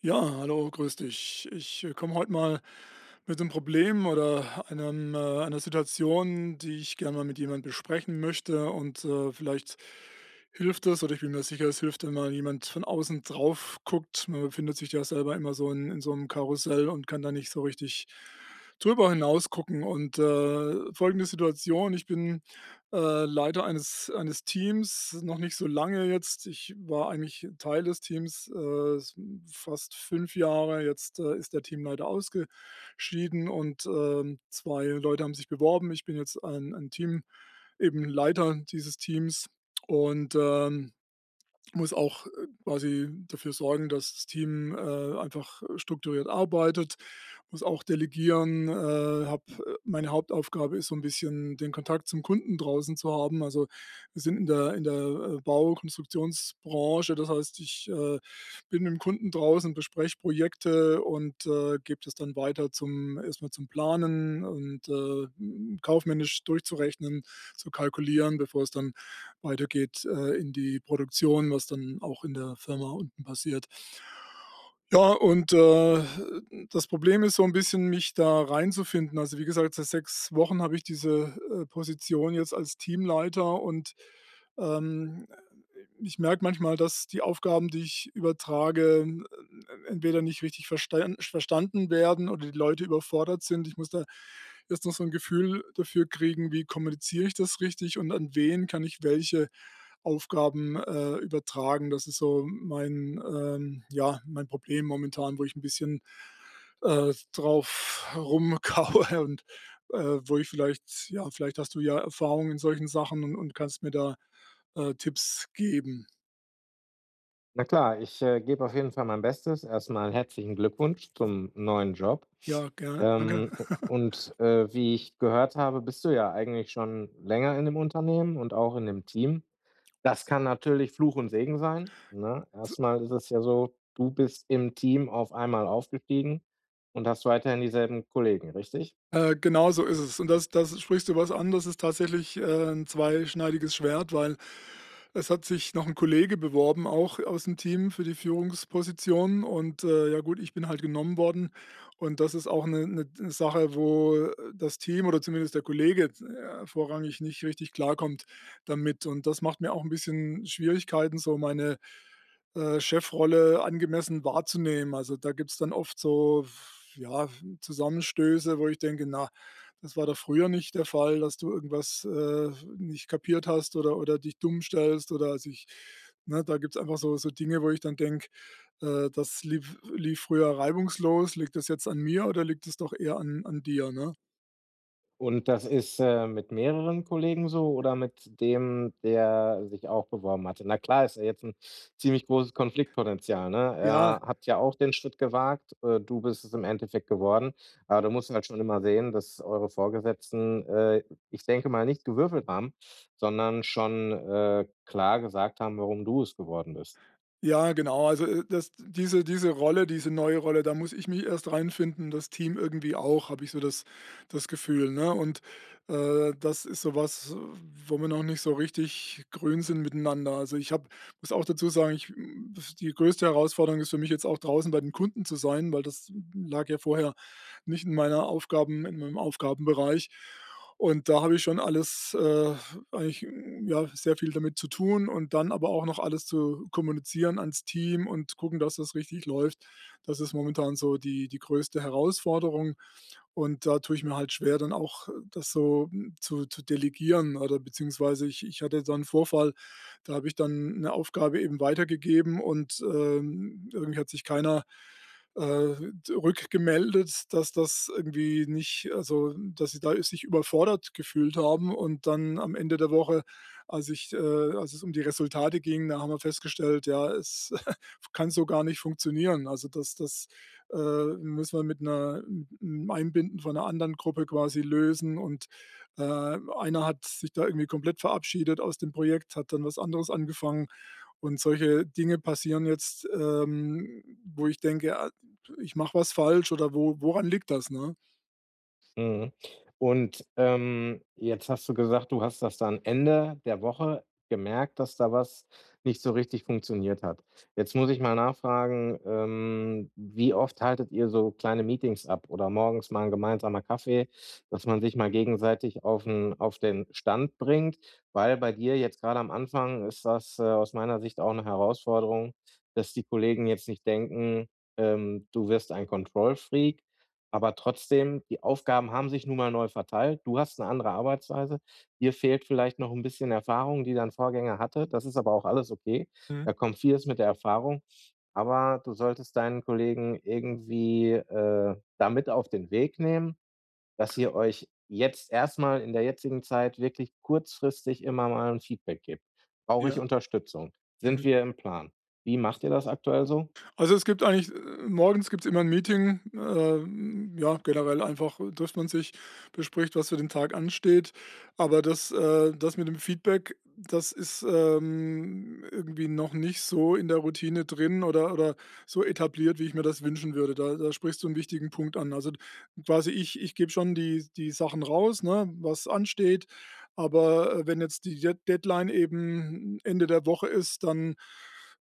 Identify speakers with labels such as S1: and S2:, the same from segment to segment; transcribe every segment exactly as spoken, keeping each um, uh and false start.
S1: Ja, hallo, grüß dich. Ich äh, komme heute mal mit einem Problem oder einem äh, einer Situation, die ich gerne mal mit jemand besprechen möchte und, äh, vielleicht hilft es oder ich bin mir sicher, es hilft, wenn mal jemand von außen drauf guckt. Man befindet sich ja selber immer so in in so einem Karussell und kann da nicht so richtig drüber hinaus gucken und, äh, folgende Situation: Ich bin, äh, Leiter eines eines Teams, noch nicht so lange jetzt. Ich war eigentlich Teil des Teams, äh, fast fünf Jahre. Jetzt, äh, ist der Teamleiter ausgeschieden und, ähm, zwei Leute haben sich beworben. Ich bin jetzt ein ein Team eben Leiter dieses Teams und, ähm muss auch, äh, quasi dafür sorgen, dass das Team, äh, einfach strukturiert arbeitet, muss auch delegieren, äh, habe äh, Meine Hauptaufgabe ist so ein bisschen, den Kontakt zum Kunden draußen zu haben. Also, wir sind in der in der, äh, Bau Konstruktionsbranche. Das heißt, ich, äh, bin mit dem Kunden draußen, bespreche Projekte und, äh, gebe das dann weiter, zum erstmal zum Planen und, äh, hm, kaufmännisch durchzurechnen, zu kalkulieren, bevor es dann weitergeht, äh, in die Produktion, was dann auch in der Firma unten passiert. Ja, und, äh, das Problem ist so ein bisschen, mich da reinzufinden. Also, wie gesagt, seit sechs Wochen habe ich diese, äh, Position jetzt als Teamleiter und, ähm, ich merke manchmal, dass die Aufgaben, die ich übertrage, äh, entweder nicht richtig verstan verstanden werden oder die Leute überfordert sind. Ich muss da jetzt noch so ein Gefühl dafür kriegen, wie kommuniziere ich das richtig und an wen kann ich welche Aufgaben, äh, übertragen. Das ist so mein, ähm ja, mein Problem momentan, wo ich ein bisschen, äh, drauf rumkaue und, äh, wo ich vielleicht, ja, vielleicht hast du ja Erfahrung in solchen Sachen und und kannst mir da äh, Tipps geben.
S2: Na klar, ich, äh, gebe auf jeden Fall mein Bestes. Erst mal herzlichen Glückwunsch zum neuen Job.
S1: Ja, gerne, danke.
S2: Ähm, u und, äh, wie ich gehört habe, bist du ja eigentlich schon länger in dem Unternehmen und auch in dem Team. Das kann natürlich Fluch und Segen sein, ne? Erstmal ist es ja so, du bist im Team auf einmal aufgestiegen und hast weiterhin dieselben Kollegen, richtig?
S1: Äh, genau so ist es. Und das das sprichst du was an, das ist tatsächlich, äh, 'n zweischneidiges Schwert, weil es hat sich noch ein Kollege beworben, auch aus dem Team für die Führungsposition und, äh, ja, gut, ich bin halt genommen worden und das ist auch eine 'ne 'ne Sache, wo, äh, das Team oder zumindest der Kollege, äh, vorrangig nicht richtig klarkommt damit, und das macht mir auch ein bisschen Schwierigkeiten, so meine Äh, Chefrolle angemessen wahrzunehmen. Also, da gibt's dann oft so, ja, Zusammenstöße, wo ich denke: „Na, das war doch früher nicht der Fall, dass du irgendwas, äh, nicht kapiert hast oder oder dich dumm stellst, oder, also ich, ne, da gibt's einfach so so Dinge, wo ich dann denke, äh, das lief lief früher reibungslos. Liegt das jetzt an mir oder liegt es doch eher an an dir, ne?
S2: Und das ist, äh, mit mehreren Kollegen so oder mit dem, der sich auch beworben hatte? Na klar, ist ja jetzt ein ziemlich großes Konfliktpotenzial, ne?
S1: Ja.
S2: Er hat ja auch den Schritt gewagt, äh, du bist es im Endeffekt geworden. Aber du musst halt schon immer sehen, dass eure Vorgesetzten, äh, ich denke mal, nicht gewürfelt haben, sondern schon, äh, klar gesagt haben, warum du es geworden bist.
S1: Ja, genau. Also, äh, das diese diese Rolle, diese neue Rolle, da muss ich mich erst reinfinden, das Team irgendwie auch, habe ich so das das Gefühl, ne? Und, äh, das ist so was, wo wir noch nicht so richtig grün sind miteinander. Also, ich habe muss auch dazu sagen, ich hm, das die größte Herausforderung ist für mich jetzt auch, draußen bei den Kunden zu sein, weil das lag ja vorher nicht in meiner Aufgaben in meinem Aufgabenbereich. Und da habe ich schon alles, äh, eigentlich, hm, ja, sehr viel damit zu tun und dann aber auch noch alles zu kommunizieren ans Team und gucken, dass das richtig läuft. Das ist momentan so die die größte Herausforderung. Und da tue ich mir halt schwer, dann auch äh, das so, hm, zu zu delegieren oder beziehungsweise ich ich hatte da einen Vorfall, da habe ich dann eine Aufgabe eben weitergegeben und, ähm, irgendwie hat sich keiner, äh, rückgemeldet, dass das irgendwie nicht, also, dass sie da sich überfordert gefühlt haben. Und dann am Ende der Woche, als ich äh, als es um die Resultate ging, da haben wir festgestellt, ja, es kann so gar nicht funktionieren. Also, das das äh, muss man mit einer mit 'nem Einbinden von einer anderen Gruppe quasi lösen, und, äh, einer hat sich da irgendwie komplett verabschiedet aus dem Projekt, hat dann was anderes angefangen, und solche Dinge passieren jetzt, ähm, wo ich denke: „Ah, ich mache was falsch“, oder wo, woran liegt das, ne?
S2: Mhm. Und, ähm, jetzt hast du gesagt, du hast das dann Ende der Woche gemerkt, dass da was nicht so richtig funktioniert hat. Jetzt muss ich mal nachfragen, ähm, wie oft haltet ihr so kleine Meetings ab oder morgens mal 'n gemeinsamer Kaffee, dass man sich mal gegenseitig auf 'n auf den Stand bringt? Weil bei dir jetzt gerade am Anfang ist das, äh, aus meiner Sicht auch eine Herausforderung, dass die Kollegen jetzt nicht denken, ähm, du wirst ein Control-Freak, aber trotzdem, die Aufgaben haben sich nun mal neu verteilt. Du hast eine andere Arbeitsweise. Dir fehlt vielleicht noch ein bisschen Erfahrung, die dein Vorgänger hatte. Das ist aber auch alles okay.
S1: Mhm.
S2: Da kommt vieles mit der Erfahrung, aber du solltest deinen Kollegen irgendwie, äh, da auf den Weg nehmen, dass ihr euch jetzt erstmal in der jetzigen Zeit wirklich kurzfristig immer mal ein Feedback gibt. Brauche ich
S1: Ja.
S2: Unterstützung? Sind
S1: Mhm.
S2: wir im Plan? Wie macht ihr das aktuell so?
S1: Also, es gibt eigentlich äh, morgens gibt es immer ein Meeting, ähm, ja, generell einfach äh, trifft man sich, bespricht, was für den Tag ansteht. Aber das äh, das mit dem Feedback, das ist, ähm, irgendwie noch nicht so in der Routine drin oder oder so etabliert, wie ich mir das wünschen würde. Da da sprichst du einen wichtigen Punkt an. Also, quasi ich ich gebe schon die die Sachen raus, ne, was ansteht, aber, äh, wenn jetzt die Dead Deadline eben Ende der Woche ist, dann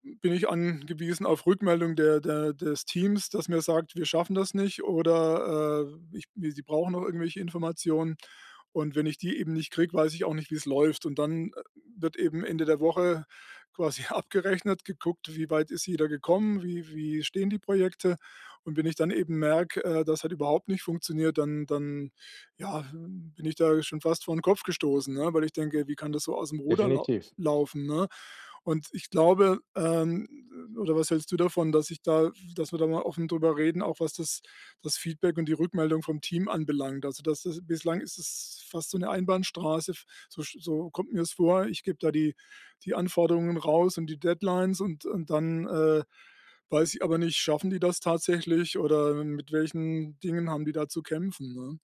S1: bin ich angewiesen auf Rückmeldung der der des Teams, das mir sagt: „Wir schaffen das nicht“, oder, äh, ich sie brauchen noch irgendwelche Informationen.“ Und wenn ich die eben nicht kriege, weiß ich auch nicht, wie es läuft. Und dann, äh, wird eben Ende der Woche quasi abgerechnet, geguckt, wie weit ist jeder gekommen, wie wie stehen die Projekte. Und wenn ich dann eben merke, äh, das hat überhaupt nicht funktioniert, dann dann, ja, bin ich da schon fast vor den Kopf gestoßen, ne, weil ich denke: „Wie kann das so aus dem Ruder laufen?
S2: Definitiv.
S1: laufen, ne?“ Und ich glaube ähm, oder, was hältst du davon, dass ich da dass wir da mal offen drüber reden, auch was das das Feedback und die Rückmeldung vom Team anbelangt? Also, das ist bislang ist es fast so eine Einbahnstraße, f so sch so kommt mir's vor. Ich gebe da die die Anforderungen raus und die Deadlines, und und dann, äh, weiß ich aber nicht, schaffen die das tatsächlich oder mit welchen Dingen haben die da zu kämpfen, ne?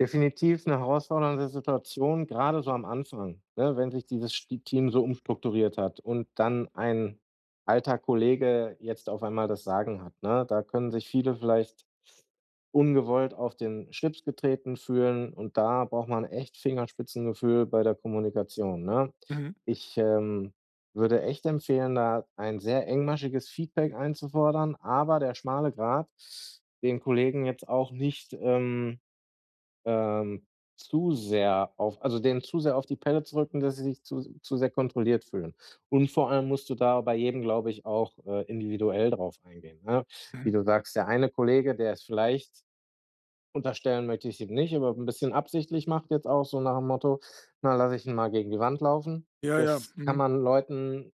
S2: Definitiv 'ne herausfordernde Situation, grade so am Anfang, ne, wenn sich dieses Sti Team so umstrukturiert hat und dann ein alter Kollege jetzt auf einmal das Sagen hat, ne? Da können sich viele vielleicht ungewollt auf den Schlips getreten fühlen und da braucht man echt Fingerspitzengefühl bei der Kommunikation, ne?
S1: Mhm,
S2: Ich, ähm, würde echt empfehlen, da ein sehr engmaschiges Feedback einzufordern, aber der schmale Grat, den Kollegen jetzt auch nicht, ähm ähm, zu sehr auf also, denen zu sehr auf die Pelle zu rücken, dass sie sich zu zu sehr kontrolliert fühlen. Und vor allem musst du da bei jedem, glaube ich, auch, äh, individuell drauf eingehen, ne?
S1: mhm.
S2: Wie du sagst, der eine Kollege, der ist vielleicht unterstellen möchte ich ihm nicht, aber ein bisschen absichtlich macht jetzt auch so nach dem Motto: „Na, lasse ich ihn mal gegen die Wand laufen.“
S1: Ja, ja,
S2: Das kann
S1: mhm.
S2: man Leuten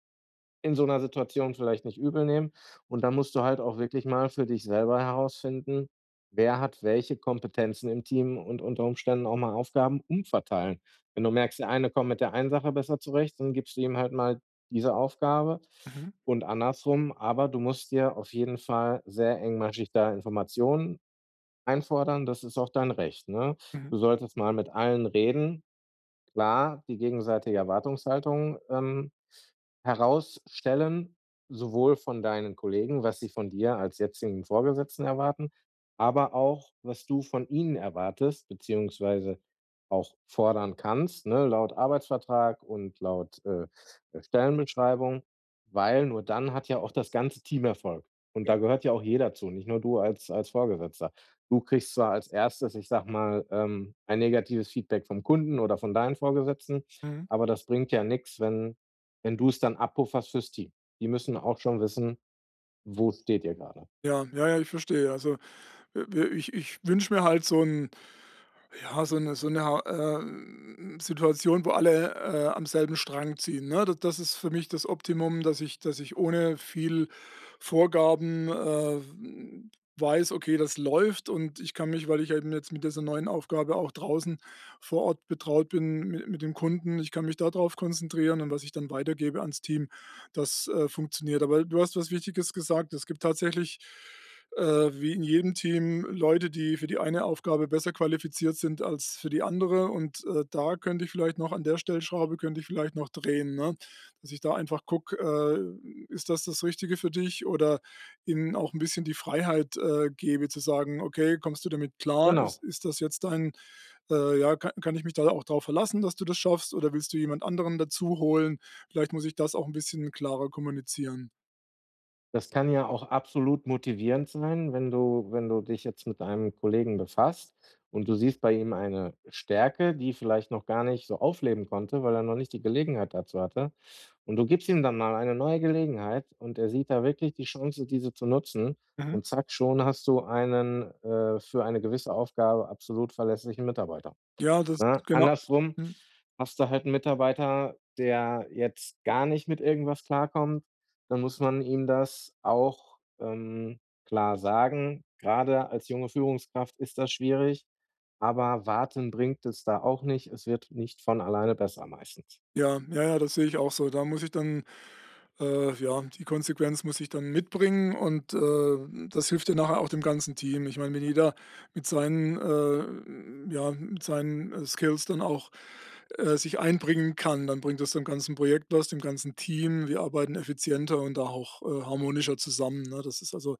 S2: in so 'ner Situation vielleicht nicht übel nehmen. Und dann musst du halt auch wirklich mal für dich selber herausfinden, wer hat welche Kompetenzen im Team und unter Umständen auch mal Aufgaben umverteilen. Wenn du merkst, der eine kommt mit der einen Sache besser zurecht, dann gibst du ihm halt mal diese Aufgabe
S1: Mhm,
S2: und andersrum. Aber du musst dir auf jeden Fall sehr engmaschig da Informationen einfordern. Das ist auch dein Recht, ne?
S1: mhm.
S2: Du solltest mal mit allen reden, klar die gegenseitige Erwartungshaltung, ähm, herausstellen, sowohl von deinen Kollegen, was sie von dir als jetzigen Vorgesetzten erwarten, aber auch, was du von ihnen erwartest, beziehungsweise auch fordern kannst, ne, laut Arbeitsvertrag und laut, äh, äh, Stellenbeschreibung, weil nur dann hat ja auch das ganze Team Erfolg. Und
S1: Ja.
S2: da gehört ja auch jeder zu, nicht nur du als als Vorgesetzter. Du kriegst zwar als erstes, ich sage mal, ähm, ein negatives Feedback vom Kunden oder von deinen Vorgesetzten,
S1: Mhm.
S2: aber das bringt ja nichts, wenn wenn du es dann abpufferst fürs Team. Die müssen auch schon wissen, wo steht ihr gerade.
S1: Ja, ja, ja, ich verstehe. Also Äh, ich ich wünsche mir halt so 'n, ja, so 'ne so 'ne ha äh, Situation, wo alle, äh, am selben Strang ziehen, ne? Da das ist für mich das Optimum, dass ich, dass ich ohne viel Vorgaben, äh, hm, weiß: „Okay, das läuft, und ich kann mich, weil ich eben jetzt mit dieser neuen Aufgabe auch draußen vor Ort betraut bin, mit mit dem Kunden, ich kann mich darauf konzentrieren, und was ich dann weitergebe ans Team, das, äh, funktioniert.“ Aber du hast was Wichtiges gesagt. Es gibt tatsächlich äh, wie in jedem Team Leute, die für die eine Aufgabe besser qualifiziert sind als für die andere. Und äh, da könnte ich vielleicht noch an der Stellschraube könnte ich vielleicht noch drehen, ne, dass ich da einfach gucke, äh, ist das das Richtige für dich, oder ihnen auch ein bisschen die Freiheit äh, gebe zu sagen: „Okay, kommst du damit klar? Ist,
S2: Genau.
S1: ist das jetzt dein, äh, ja, kann, kann ich mich da auch darauf verlassen, dass du das schaffst, oder willst du jemand anderen dazu holen? Vielleicht muss ich das auch ein bisschen klarer kommunizieren.“
S2: Das kann ja auch absolut motivierend sein, wenn du wenn du dich jetzt mit einem Kollegen befasst und du siehst bei ihm eine Stärke, die vielleicht noch gar nicht so aufleben konnte, weil er noch nicht die Gelegenheit dazu hatte. Und du gibst ihm dann mal eine neue Gelegenheit und er sieht da wirklich die Chance, diese zu nutzen
S1: Mhm.
S2: und zack, schon hast du einen, äh, für eine gewisse Aufgabe absolut verlässlichen Mitarbeiter.
S1: Ja, das
S2: Ne?
S1: genau.
S2: Andersrum
S1: Mhm.
S2: hast du halt einen Mitarbeiter, der jetzt gar nicht mit irgendwas klarkommt, dann muss man ihm das auch, ähm, klar sagen. Gerade als junge Führungskraft ist das schwierig, aber warten bringt es da auch nicht. Es wird nicht von alleine besser meistens.
S1: Ja, ja, ja, das sehe ich auch so. Da muss ich dann äh, ja, die Konsequenz muss ich dann mitbringen, und, äh, das hilft ja nachher auch dem ganzen Team. Ich meine, wenn jeder mit seinen, äh ja, mit seinen, äh, Skills dann auch, äh, sich einbringen kann, dann bringt das dem ganzen Projekt was, dem ganzen Team. Wir arbeiten effizienter und auch, äh, harmonischer zusammen, ne? Das ist also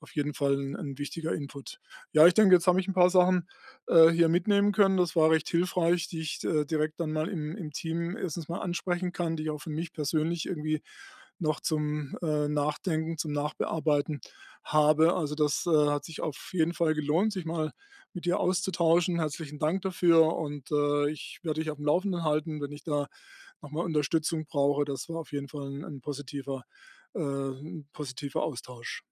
S1: auf jeden Fall ein 'n wichtiger Input. Ja, ich denke, jetzt habe ich ein paar Sachen, äh, hier mitnehmen können. Das war recht hilfreich, die ich, äh, direkt dann mal im im Team erstens mal ansprechen kann, die ich auch für mich persönlich irgendwie noch zum, äh, Nachdenken, zum Nachbearbeiten habe. Also, das, äh, hat sich auf jeden Fall gelohnt, sich mal mit dir auszutauschen. Herzlichen Dank dafür, und, äh, ich werde dich auf dem Laufenden halten, wenn ich da noch mal Unterstützung brauche. Das war auf jeden Fall ein 'n positiver äh, 'n positiver Austausch.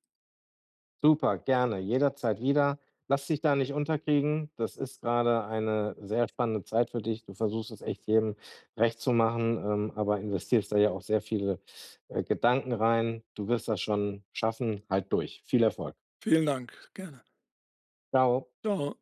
S2: Super, gerne, jederzeit wieder. Lass dich da nicht unterkriegen. Das ist gerade eine sehr spannende Zeit für dich. Du versuchst es echt jedem recht zu machen, ähm, aber investierst da ja auch sehr viele, äh, Gedanken rein. Du wirst das schon schaffen. Halt durch. Viel Erfolg.
S1: Vielen Dank, gerne.
S2: Ciao.
S1: Ciao.